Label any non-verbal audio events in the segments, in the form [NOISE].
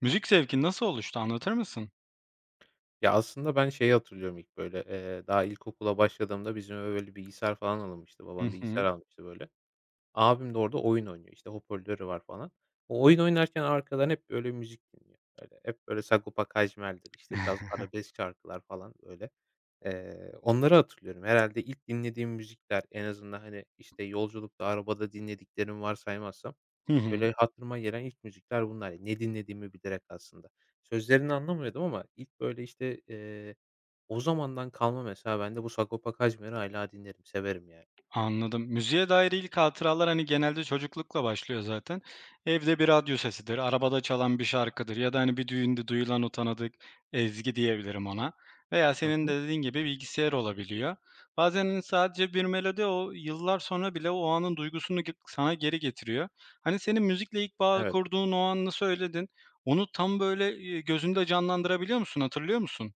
Müzik zevkin nasıl oluştu, anlatır mısın? Ya, aslında ben şeyi hatırlıyorum ilk böyle, daha ilkokula başladığımda bizim eve böyle bilgisayar falan alınmıştı. Hı Babam bilgisayar hı. almıştı böyle. Abim de orada oyun oynuyor. İşte, hoparlörü var falan. O oyun oynarken arkadan hep böyle müzik dinliyor. Böyle hep böyle Sagopa Kajmer'dir, işte, biraz [LAUGHS] arabesk şarkılar falan böyle. Onları hatırlıyorum. Herhalde ilk dinlediğim müzikler en azından, hani, işte, yolculukta, arabada dinlediklerim var saymazsam Hı hı. böyle hatırıma gelen ilk müzikler bunlar. Ne dinlediğimi bilerek aslında. Sözlerini anlamıyordum ama ilk böyle, işte, o zamandan kalma mesela ben de bu Sagopa Kajmer'i hâlâ dinlerim, severim yani. Anladım. Müziğe dair ilk hatıralar, hani, genelde çocuklukla başlıyor zaten. Evde bir radyo sesidir, arabada çalan bir şarkıdır ya da, hani, bir düğünde duyulan o tanıdık ezgi diyebilirim ona veya Hı senin hı. de dediğin gibi bilgisayar olabiliyor. Bazen, hani, sadece bir melodi o yıllar sonra bile o anın duygusunu ge sana geri getiriyor. Hani, senin müzikle ilk bağ Evet. kurduğun o anını söyledin. Onu tam böyle, gözünde canlandırabiliyor musun, hatırlıyor musun?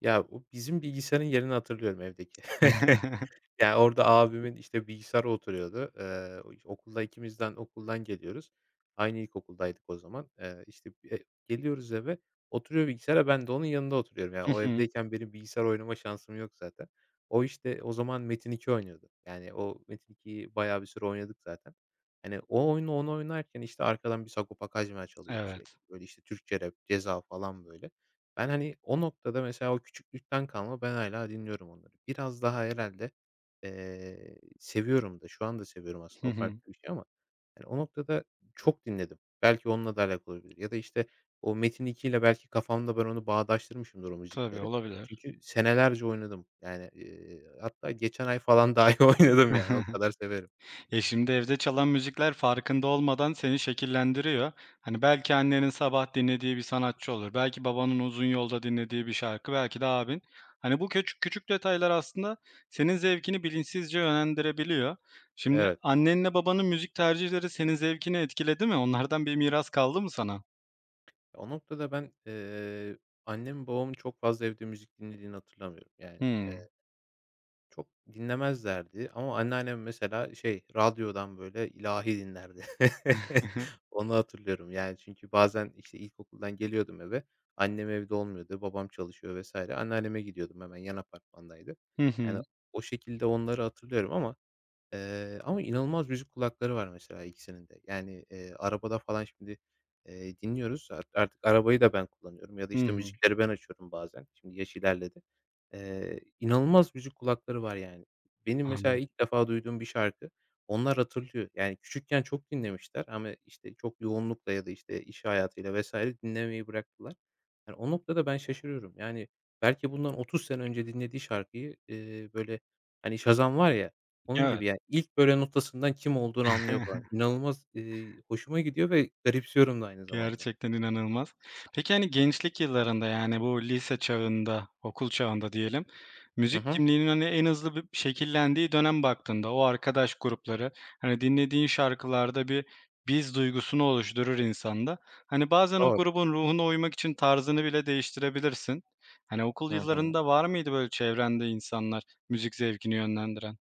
Ya, o bizim bilgisayarın yerini hatırlıyorum evdeki. [LAUGHS] [LAUGHS] Yani orada abimin, işte, bilgisayarı oturuyordu. O okulda ikimizden okuldan geliyoruz. Aynı ilkokuldaydık o zaman. İşte, geliyoruz eve, oturuyor bilgisayara, ben de onun yanında oturuyorum. Yani, Hı o hı. evdeyken benim bilgisayar oynama şansım yok zaten. O, işte, o zaman Metin 2 oynuyordu. Yani, o Metin 2'yi bayağı bir süre oynadık zaten. Hani, o oyunu, onu oynarken, işte, arkadan bir Sagopa Kajmer çalıyordu sürekli. Evet. Böyle, işte, Türkçe rap, Ceza falan böyle. Ben, hani, o noktada mesela o küçüklükten kalma ben hala dinliyorum onları. Biraz daha herhalde. Seviyorum da, şu anda seviyorum Hı aslında, o hı. farklı bir şey ama, hani, o noktada çok dinledim. Belki onunla da alakalı olabilir ya da, işte, o Metin 2 ile belki kafamda ben onu bağdaştırmışımdır o Tabii, müzikleri. olabilir. Çünkü senelerce oynadım. Yani, hatta geçen ay falan dahi [LAUGHS] oynadım yani, o [LAUGHS] kadar severim. Ya, şimdi evde çalan müzikler farkında olmadan seni şekillendiriyor. Hani, belki annenin sabah dinlediği bir sanatçı olur, belki babanın uzun yolda dinlediği bir şarkı, belki de abin. Hani, bu küçük küçük detaylar aslında senin zevkini bilinçsizce yönlendirebiliyor. Şimdi Evet. annenle babanın müzik tercihleri senin zevkini etkiledi mi? Onlardan bir miras kaldı mı sana? O noktada ben, annemin babamın çok fazla evde müzik dinlediğini hatırlamıyorum. Yani, Hımm. Çok dinlemezlerdi ama anneannem mesela şey, radyodan böyle ilahi dinlerdi. [LAUGHS] [LAUGHS] Onu hatırlıyorum. Yani çünkü bazen, işte, ilkokuldan geliyordum eve, annem evde olmuyordu, babam çalışıyor vesaire anneanneme gidiyordum hemen yan apartmandaydı. Hı Yani hı. o şekilde onları hatırlıyorum ama inanılmaz müzik kulakları var mesela ikisinin de. Yani, arabada falan şimdi, dinliyoruz. Artık arabayı da ben kullanıyorum ya da, Hı işte, hı. müzikleri ben açıyorum bazen. Şimdi yaş ilerledi. İnanılmaz müzik kulakları var yani. Benim mesela Anladım. ilk defa duyduğum bir şarkı onlar hatırlıyor. Yani küçükken çok dinlemişler ama, işte, çok yoğunlukla ya da, işte, iş hayatıyla vs. dinlemeyi bıraktılar. Yani o noktada ben şaşırıyorum. Yani belki bundan 30 sene önce dinlediği şarkıyı, böyle, hani, Shazam var ya onun Evet. gibi yani ilk böyle notasından kim olduğunu anlıyor [LAUGHS] falan. İnanılmaz, hoşuma gidiyor ve garipsiyorum da aynı zamanda. Gerçekten inanılmaz. Peki, hani, gençlik yıllarında, yani, bu lise çağında, okul çağında diyelim, Hı müzik hı. kimliğinin, hani, en hızlı bir şekillendiği dönem baktığında o arkadaş grupları, hani, dinlediğin şarkılarda bir biz duygusunu oluşturur insanda. Hani, bazen o Doğru. grubun ruhuna uymak için tarzını bile değiştirebilirsin. Hani, okul Hı hı. yıllarında var mıydı böyle çevrende insanlar müzik zevkini yönlendiren?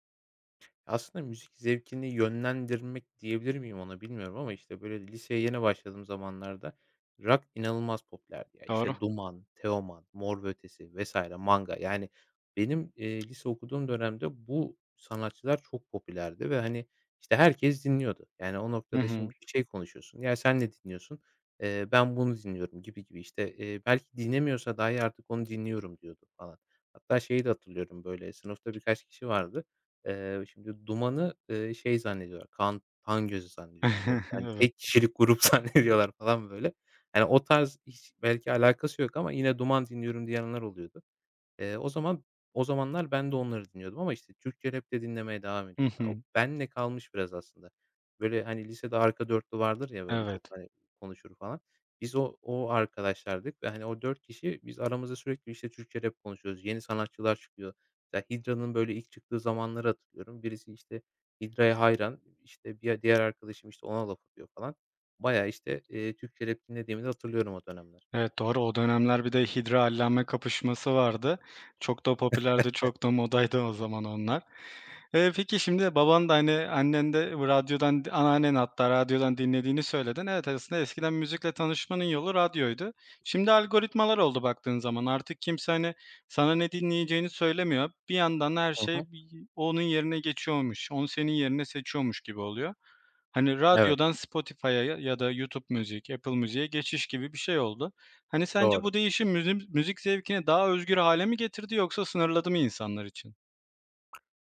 Aslında müzik zevkini yönlendirmek diyebilir miyim ona bilmiyorum ama, işte, böyle, liseye yeni başladığım zamanlarda rock inanılmaz popülerdi ya. Doğru. İşte, Duman, Teoman, Mor ve Ötesi vs. Manga. Yani benim, lise okuduğum dönemde bu sanatçılar çok popülerdi ve, hani, işte, herkes dinliyordu. Yani o Hı noktada hı. şimdi bir şey konuşuyorsun. "Ya, sen ne dinliyorsun?" Ben bunu dinliyorum." gibi gibi. İşte, belki dinlemiyorsa dahi artık onu dinliyorum diyordu falan. Hatta şeyi de hatırlıyorum, böyle, sınıfta birkaç kişi vardı. Şimdi Duman'ı, şey zannediyorlar, Kaan Tangöz'ü zannediyorlar. Böyle, [LAUGHS] hani, Evet. tek kişilik grup [LAUGHS] zannediyorlar falan böyle. Hani, o tarz hiç belki alakası yok ama yine Duman dinliyorum diyenler oluyordu. Eee, o zaman o zamanlar ben de onları dinliyordum ama, işte, Türkçe rap de dinlemeye devam Hı ediyordum. Ya, o hı. benimle kalmış biraz aslında. Böyle, hani, lisede arka dörtlü vardır ya, böyle, çok, Evet. hani, konuşur falan. Biz o arkadaşlardık ve, hani, o 4 kişi biz aramızda sürekli, işte, Türkçe rap konuşuyoruz. Yeni sanatçılar çıkıyor. Ya, Hidra'nın, böyle, ilk çıktığı zamanları hatırlıyorum. Birisi, işte, Hidra'ya hayran, işte, bir diğer arkadaşım, işte, ona laf atıyor falan. Baya işte, Türkçe rap dinlediğimi de hatırlıyorum o dönemler. Evet, doğru. O dönemler bir de hidra kapışması vardı. Çok da popülerdi, çok da modaydı o zaman onlar. Peki şimdi baban da, hani, annen de radyodan anneannen hatta radyodan dinlediğini söyledin. Evet, aslında eskiden müzikle tanışmanın yolu radyoydu. Şimdi algoritmalar oldu baktığın zaman. Artık kimse, hani, sana ne dinleyeceğini söylemiyor. Bir yandan her Hı hı. şey bi onun yerine geçiyormuş, onu senin yerine seçiyormuş gibi oluyor. Hani, Evet, radyodan Spotify'a ya ya da YouTube Müzik, Apple müzik'e geçiş gibi bir şey oldu. Hani, sence doğru. bu değişim müzi müzik zevkini daha özgür hale mi getirdi yoksa sınırladı mı insanlar için?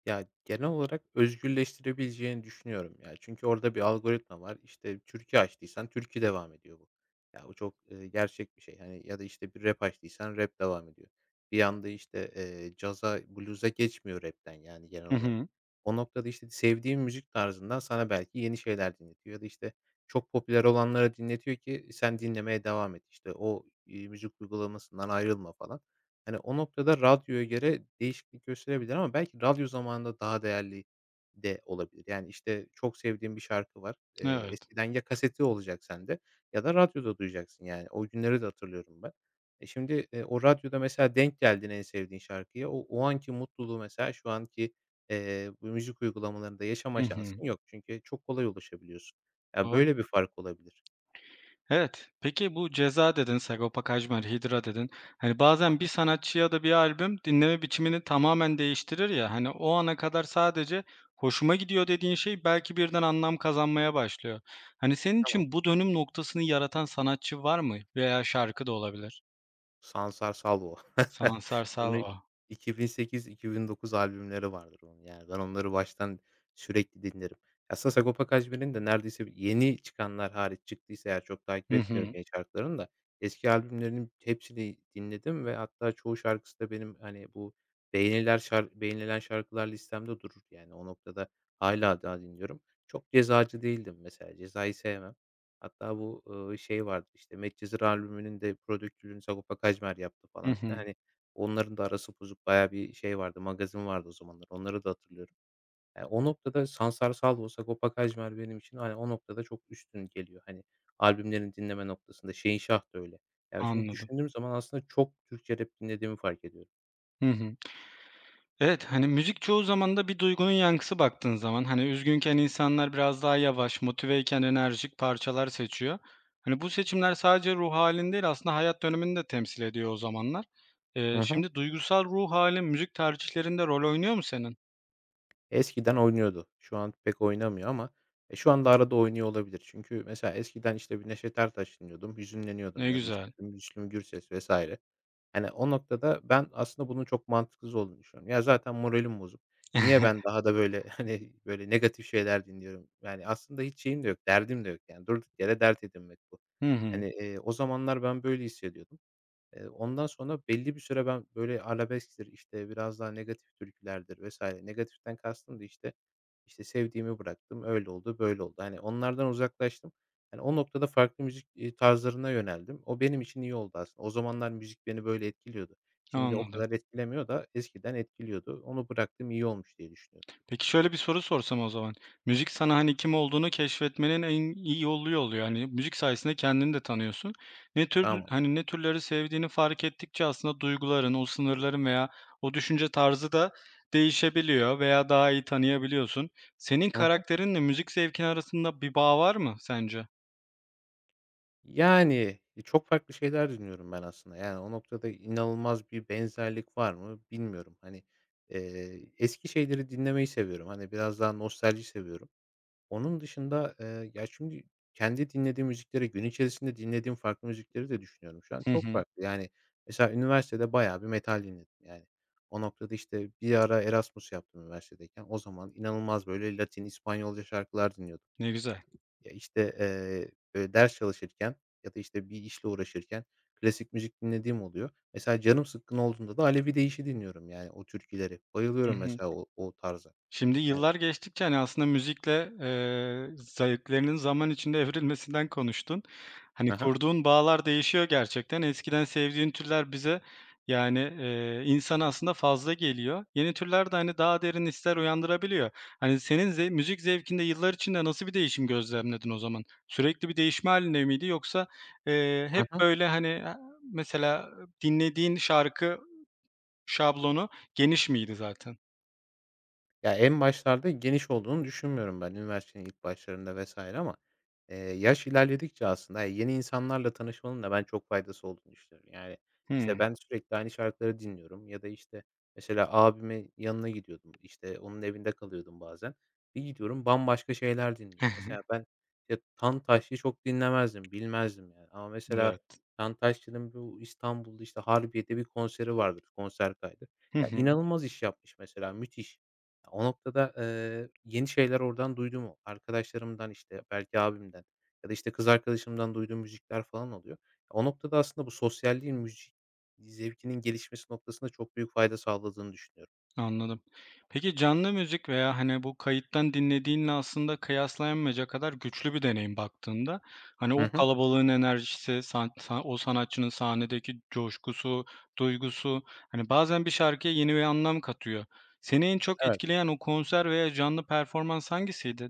Ya, genel olarak özgürleştirebileceğini düşünüyorum ya. Çünkü orada bir algoritma var. İşte, türkü açtıysan türkü devam ediyor bu. Ya, bu çok, gerçek bir şey. Hani, ya da, işte, bir rap açtıysan rap devam ediyor. Bir anda, işte, caza, bluza geçmiyor rap'ten, yani, genel Hı olarak. hı. O noktada, işte, sevdiğin müzik tarzından sana belki yeni şeyler dinletiyor ya da, işte, çok popüler olanları dinletiyor ki sen dinlemeye devam et. İşte, o, müzik uygulamasından ayrılma falan. Hani, o noktada radyoya göre değişiklik gösterebilir ama belki radyo zamanında daha değerli de olabilir. Yani, işte, çok sevdiğim bir şarkı var. Evet. Eskiden ya kaseti olacak sende ya da radyoda duyacaksın, yani. O günleri de hatırlıyorum ben. Şimdi, o radyoda mesela denk geldin en sevdiğin şarkıya. O anki mutluluğu mesela şu anki, bu müzik uygulamalarında Hı yaşama hı. şansın yok. Çünkü çok kolay ulaşabiliyorsun. Ya, Doğru. böyle bir fark olabilir. Evet. Peki bu Ceza dedin, Sagopa Kajmer, Hidra dedin. Hani bazen bir Hı. sanatçı ya da bir albüm dinleme biçimini tamamen değiştirir ya. Hani o ana kadar sadece hoşuma gidiyor dediğin şey belki birden anlam kazanmaya başlıyor. Hani senin Tamam. için bu dönüm noktasını yaratan sanatçı var mı? Veya şarkı da olabilir. Sansar Salvo. [LAUGHS] Sansar Bunu Salva. 2008-2009 albümleri vardır onun. Yani, ben onları baştan sürekli dinlerim. Aslında Sagopa Kajmer'in de neredeyse yeni çıkanlar hariç çıktıysa eğer çok takip Hı etmiyorum hı. yeni şarkılarını da eski albümlerinin hepsini dinledim ve hatta çoğu şarkısı da benim, hani, bu beğeniler şar beğenilen şarkılar listemde durur. Yani, o noktada hala daha dinliyorum. Çok cezacı değildim mesela. Ceza'yı sevmem. Hatta bu, şey vardı işte, Medcezir albümünün de prodüktörünü Sagopa Kajmer yaptı Hı falan hı. filan. Hani, onların da arası bozuk bayağı bir şey vardı, magazin vardı o zamanlar. Onları da hatırlıyorum. Ya, o noktada Sansar Salvo, Sagopa Kajmer benim için, hani, o noktada çok üstün geliyor. Hani, albümlerin dinleme noktasında. Şehinşah da öyle. Yani şimdi Anladım. düşündüğüm zaman aslında çok Türkçe rap dinlediğimi fark ediyorum. Hı hı. Evet, hani, müzik çoğu zaman da bir duygunun yankısı baktığın zaman. Hani, üzgünken insanlar biraz daha yavaş, motiveyken enerjik parçalar seçiyor. Hani, bu seçimler sadece ruh halini değil, aslında hayat dönemini de temsil ediyor o zamanlar. Hı hı. Şimdi duygusal ruh halin müzik tercihlerinde rol oynuyor mu senin? Eskiden oynuyordu. Şu an pek oynamıyor ama, şu anda arada oynuyor olabilir. Çünkü mesela eskiden, işte, bir Neşet Ertaş dinliyordum, hüzünleniyordum Ne ya da, güzel. işte, bir Müslüm Gürses vs. Hani, o noktada ben aslında bunun çok mantıksız olduğunu düşünüyorum. Ya, zaten moralim bozuk. Niye ben [LAUGHS] daha da, böyle, [LAUGHS] hani, böyle, negatif şeyler dinliyorum? Yani, aslında hiç şeyim de yok, derdim de yok. Yani, durduk yere dert edinmek bu. Hı hı, Hani, o zamanlar ben böyle hissediyordum. Ondan sonra belli bir süre ben böyle arabesktir, işte, biraz daha negatif türkülerdir vesaire, negatiften kastım da, işte, sevdiğimi bıraktım, öyle oldu, böyle oldu. Hani, onlardan uzaklaştım. Yani o noktada farklı müzik, tarzlarına yöneldim. O benim için iyi oldu aslında. O zamanlar müzik beni böyle etkiliyordu. Şimdi o anladım. kadar etkilemiyor da eskiden etkiliyordu. Onu bıraktım, iyi olmuş diye düşünüyorum. Peki şöyle bir soru sorsam o zaman. Müzik sana, hani, kim olduğunu keşfetmenin en iyi yolu oluyor. Hani, müzik sayesinde kendini de tanıyorsun. Ne tür Tamam. hani, ne türleri sevdiğini fark ettikçe aslında duyguların, o sınırların veya o düşünce tarzı da değişebiliyor veya daha iyi tanıyabiliyorsun. Senin Hı. karakterinle müzik zevkin arasında bir bağ var mı sence? Yani, çok farklı şeyler dinliyorum ben aslında. Yani, o noktada inanılmaz bir benzerlik var mı bilmiyorum. Hani, eski şeyleri dinlemeyi seviyorum. Hani, biraz daha nostalji seviyorum. Onun dışında, ya, şimdi kendi dinlediğim müzikleri, gün içerisinde dinlediğim farklı müzikleri de düşünüyorum şu an. Hı Çok hı. farklı. Yani, mesela üniversitede bayağı bir metal dinledim, yani. O noktada, işte, bir ara Erasmus yaptım üniversitedeyken. O zaman inanılmaz böyle Latin, İspanyolca şarkılar dinliyordum. Ne güzel. Ya, işte, böyle, ders çalışırken ya da, işte, bir işle uğraşırken klasik müzik dinlediğim oluyor. Mesela canım sıkkın olduğunda da Alevi Değiş'i dinliyorum, yani, o türküleri. Hı Bayılıyorum hı. mesela o tarza. Şimdi Yani. yıllar geçtikçe, hani, aslında müzikle, zevklerinin zaman içinde evrilmesinden konuştun. Hani, Hı hı. kurduğun bağlar değişiyor gerçekten. Eskiden sevdiğin türler bize, yani, insana aslında fazla geliyor. Yeni türler de, hani, daha derin hisler uyandırabiliyor. Hani, senin ze müzik zevkinde yıllar içinde nasıl bir değişim gözlemledin o zaman? Sürekli bir değişme halinde miydi yoksa, hep böyle, hani, mesela dinlediğin şarkı şablonu geniş miydi zaten? Ya, en başlarda geniş olduğunu düşünmüyorum ben üniversitenin ilk başlarında vesaire ama, yaş ilerledikçe aslında yani yeni insanlarla tanışmanın da ben çok faydası olduğunu düşünüyorum. Yani, işte, Hımm. ben sürekli aynı şarkıları dinliyorum ya da, işte, mesela abimin yanına gidiyordum, işte, onun evinde kalıyordum bazen. Bir gidiyorum bambaşka şeyler dinliyor. Mesela [LAUGHS] ben, işte, Tantaşçı çok dinlemezdim, bilmezdim yani ama mesela Evet. Tantaşçı'nın bu İstanbul'da, işte, Harbiye'de bir konseri vardır, konser kaydı. Hı Ya, hı, inanılmaz iş yapmış mesela, müthiş. O noktada, yeni şeyler oradan duyduğum arkadaşlarımdan, işte, belki abimden ya da, işte, kız arkadaşımdan duyduğum müzikler falan oluyor. O noktada aslında bu sosyalliğin müzik zevkinin gelişmesi noktasında çok büyük fayda sağladığını düşünüyorum. anladım. Peki canlı müzik veya, hani, bu kayıttan dinlediğinle aslında kıyaslanamayacak kadar güçlü bir deneyim baktığında. Hani, Hı o hı. kalabalığın enerjisi, san o sanatçının sahnedeki coşkusu, duygusu, hani, bazen bir şarkıya yeni bir anlam katıyor. Seni en çok Evet. etkileyen o konser veya canlı performans hangisiydi?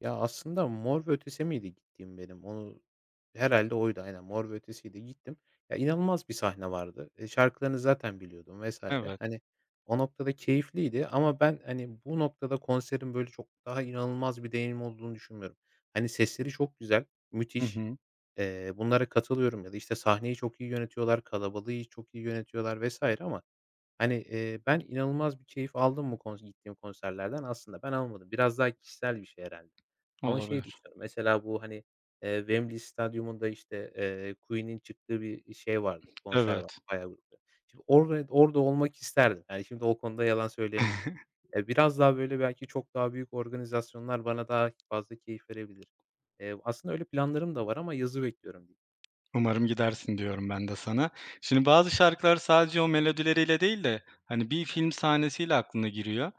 Ya, aslında Mor ve Ötesi miydi gittiğim benim? Onu herhalde oydu aynen, Mor ve Ötesi'ydi. Gittim. Ya, inanılmaz bir sahne vardı. Şarkılarını zaten biliyordum vesaire. Evet. Hani, o noktada keyifliydi ama ben, hani, bu noktada konserin, böyle, çok daha inanılmaz bir deneyim olduğunu düşünmüyorum. Hani, sesleri çok güzel, Hı müthiş. hı. Bunlara katılıyorum ya da, işte, sahneyi çok iyi yönetiyorlar, kalabalığı çok iyi yönetiyorlar vesaire, ama hani, ben inanılmaz bir keyif aldım mı gittiğim konserlerden. Aslında ben almadım. Biraz daha kişisel bir şey herhâlde. Ama şeyi Olabilir. düşünüyorum, mesela bu, hani, Wembley Stadyumu'nda, işte, Queen'in çıktığı bir şey vardı, konser vardı, Evet. bayağı grupta. Şimdi orada olmak isterdim. Yani şimdi o konuda yalan söyleyemeyeceğim. [LAUGHS] Biraz daha, böyle, belki çok daha büyük organizasyonlar bana daha fazla keyif verebilir. Aslında öyle planlarım da var ama yazı bekliyorum diyeyim. Umarım gidersin diyorum ben de sana. Şimdi bazı şarkılar sadece o melodileriyle değil de hani bir film sahnesiyle aklına giriyor.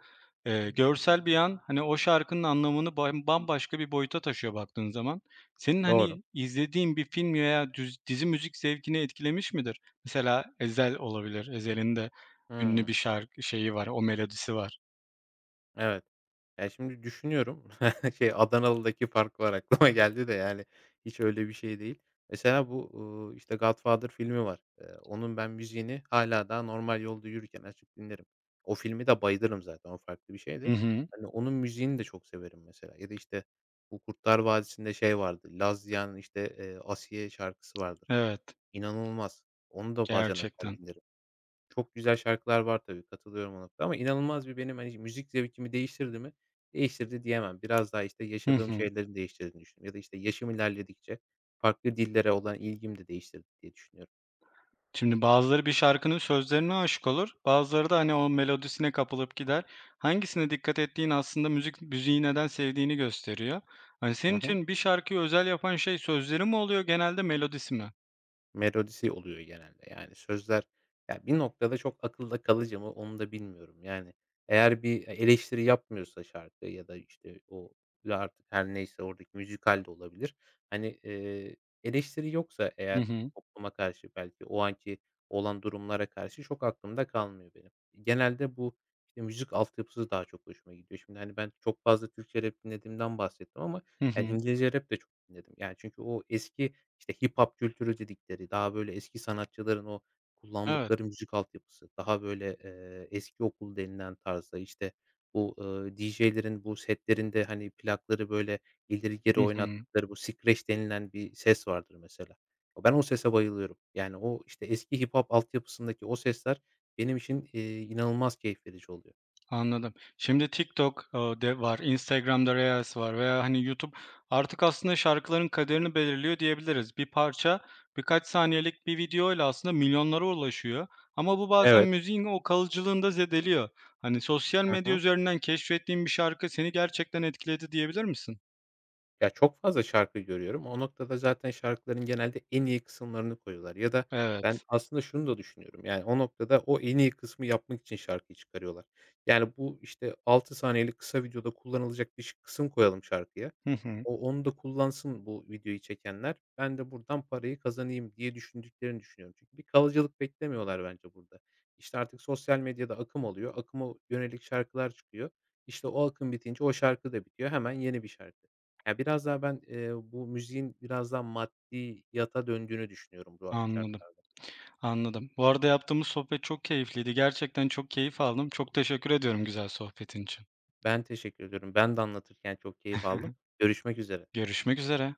Görsel bir an hani o şarkının anlamını bam bambaşka bir boyuta taşıyor baktığın zaman. Senin Doğru. hani izlediğin bir film veya düz dizi müzik zevkini etkilemiş midir? Mesela Ezel olabilir. Ezel'in de ünlü bir Hıı. şarkı şeyi var, o melodisi var. Evet. Ya, şimdi düşünüyorum. [LAUGHS] Şey, Adanalı'daki park var aklıma [LAUGHS] geldi de, yani, hiç öyle bir şey değil. Mesela bu, işte, Godfather filmi var. Onun ben müziğini hala daha normal yolda yürürken açıp dinlerim. O filmi de bayılırım zaten, o farklı bir Hı şeydi. hı. Hani, onun müziğini de çok severim mesela ya da, işte, bu Kurtlar Vadisi'nde şey vardı, işte, Asiye şarkısı vardır. Evet, İnanılmaz. Onu da bazen açar gerçekten. dinlerim. Çok güzel şarkılar var tabii, katılıyorum o noktada ama inanılmaz bir benim, hani, müzik zevkimi değiştirdi mi? Değiştirdi diyemem. Biraz daha, işte, Hı yaşadığım hı. şeylerin değiştirdiğini düşünüyorum ya da, işte, yaşım ilerledikçe farklı dillere olan ilgimi de değiştirdi diye düşünüyorum. Şimdi bazıları bir şarkının sözlerine aşık olur, bazıları da, hani, o melodisine kapılıp gider. Hangisine dikkat ettiğin aslında müzik müziği neden sevdiğini gösteriyor. Hani, Hı senin hı. için bir şarkıyı özel yapan şey sözleri mi oluyor genelde melodisi mi? Melodisi oluyor genelde. Yani sözler, ya, bir noktada çok akılda kalıcı mı onu da bilmiyorum. Yani eğer bir eleştiri yapmıyorsa şarkı ya da, işte, o ya artık her neyse oradaki müzikal de olabilir. Hani, eleştiri yoksa Hı eğer hı. topluma karşı belki o anki olan durumlara karşı çok aklımda kalmıyor benim. Genelde bu, işte, müzik altyapısı daha çok hoşuma gidiyor. Şimdi, hani, ben çok fazla Türkçe rap dinlediğimden bahsettim ama, Hı yani, hı. İngilizce rap de çok dinledim. Yani çünkü o eski işte, hip hop kültürü dedikleri, daha böyle eski sanatçıların o Evet. kullandıkları müzik altyapısı, daha böyle, eski okul denilen tarzda, işte, bu, DJ'lerin bu setlerinde, hani, plakları böyle ileri geri Hı hı. oynattıkları bu scratch denilen bir ses vardır mesela. Ben o sese bayılıyorum. Yani o, işte, eski hip hop altyapısındaki o sesler benim için, inanılmaz keyif verici oluyor. Anladım. Şimdi TikTok, de var, Instagram'da Reels var veya, hani, YouTube artık aslında şarkıların kaderini belirliyor diyebiliriz. Bir parça birkaç saniyelik bir videoyla aslında milyonlara ulaşıyor ama bu bazen Evet. müziğin o kalıcılığını da zedeliyor. Hani, sosyal Hı medya hı. üzerinden keşfettiğin bir şarkı seni gerçekten etkiledi diyebilir misin? Ya, çok fazla şarkı görüyorum. O noktada zaten şarkıların genelde en iyi kısımlarını koyuyorlar ya da ben Evet. aslında şunu da düşünüyorum, yani, o noktada o en iyi kısmı yapmak için şarkıyı çıkarıyorlar. Yani, bu, işte, 6 saniyelik kısa videoda kullanılacak bir kısım koyalım şarkıya. Hı hı. O onu da kullansın bu videoyu çekenler. Ben de buradan parayı kazanayım diye düşündüklerini düşünüyorum. Çünkü bir kalıcılık beklemiyorlar bence burada. İşte, artık sosyal medyada akım oluyor. Akıma yönelik şarkılar çıkıyor. İşte, o akım bitince o şarkı da bitiyor. Hemen yeni bir şarkı. Ya, biraz daha ben, bu müziğin biraz daha maddiyata döndüğünü düşünüyorum bu Anladım, şartlarda. anladım. Bu arada yaptığımız sohbet çok keyifliydi. Gerçekten çok keyif aldım. Çok teşekkür ediyorum güzel sohbetin için. Ben teşekkür ediyorum. Ben de anlatırken çok keyif aldım. Görüşmek üzere. Görüşmek üzere.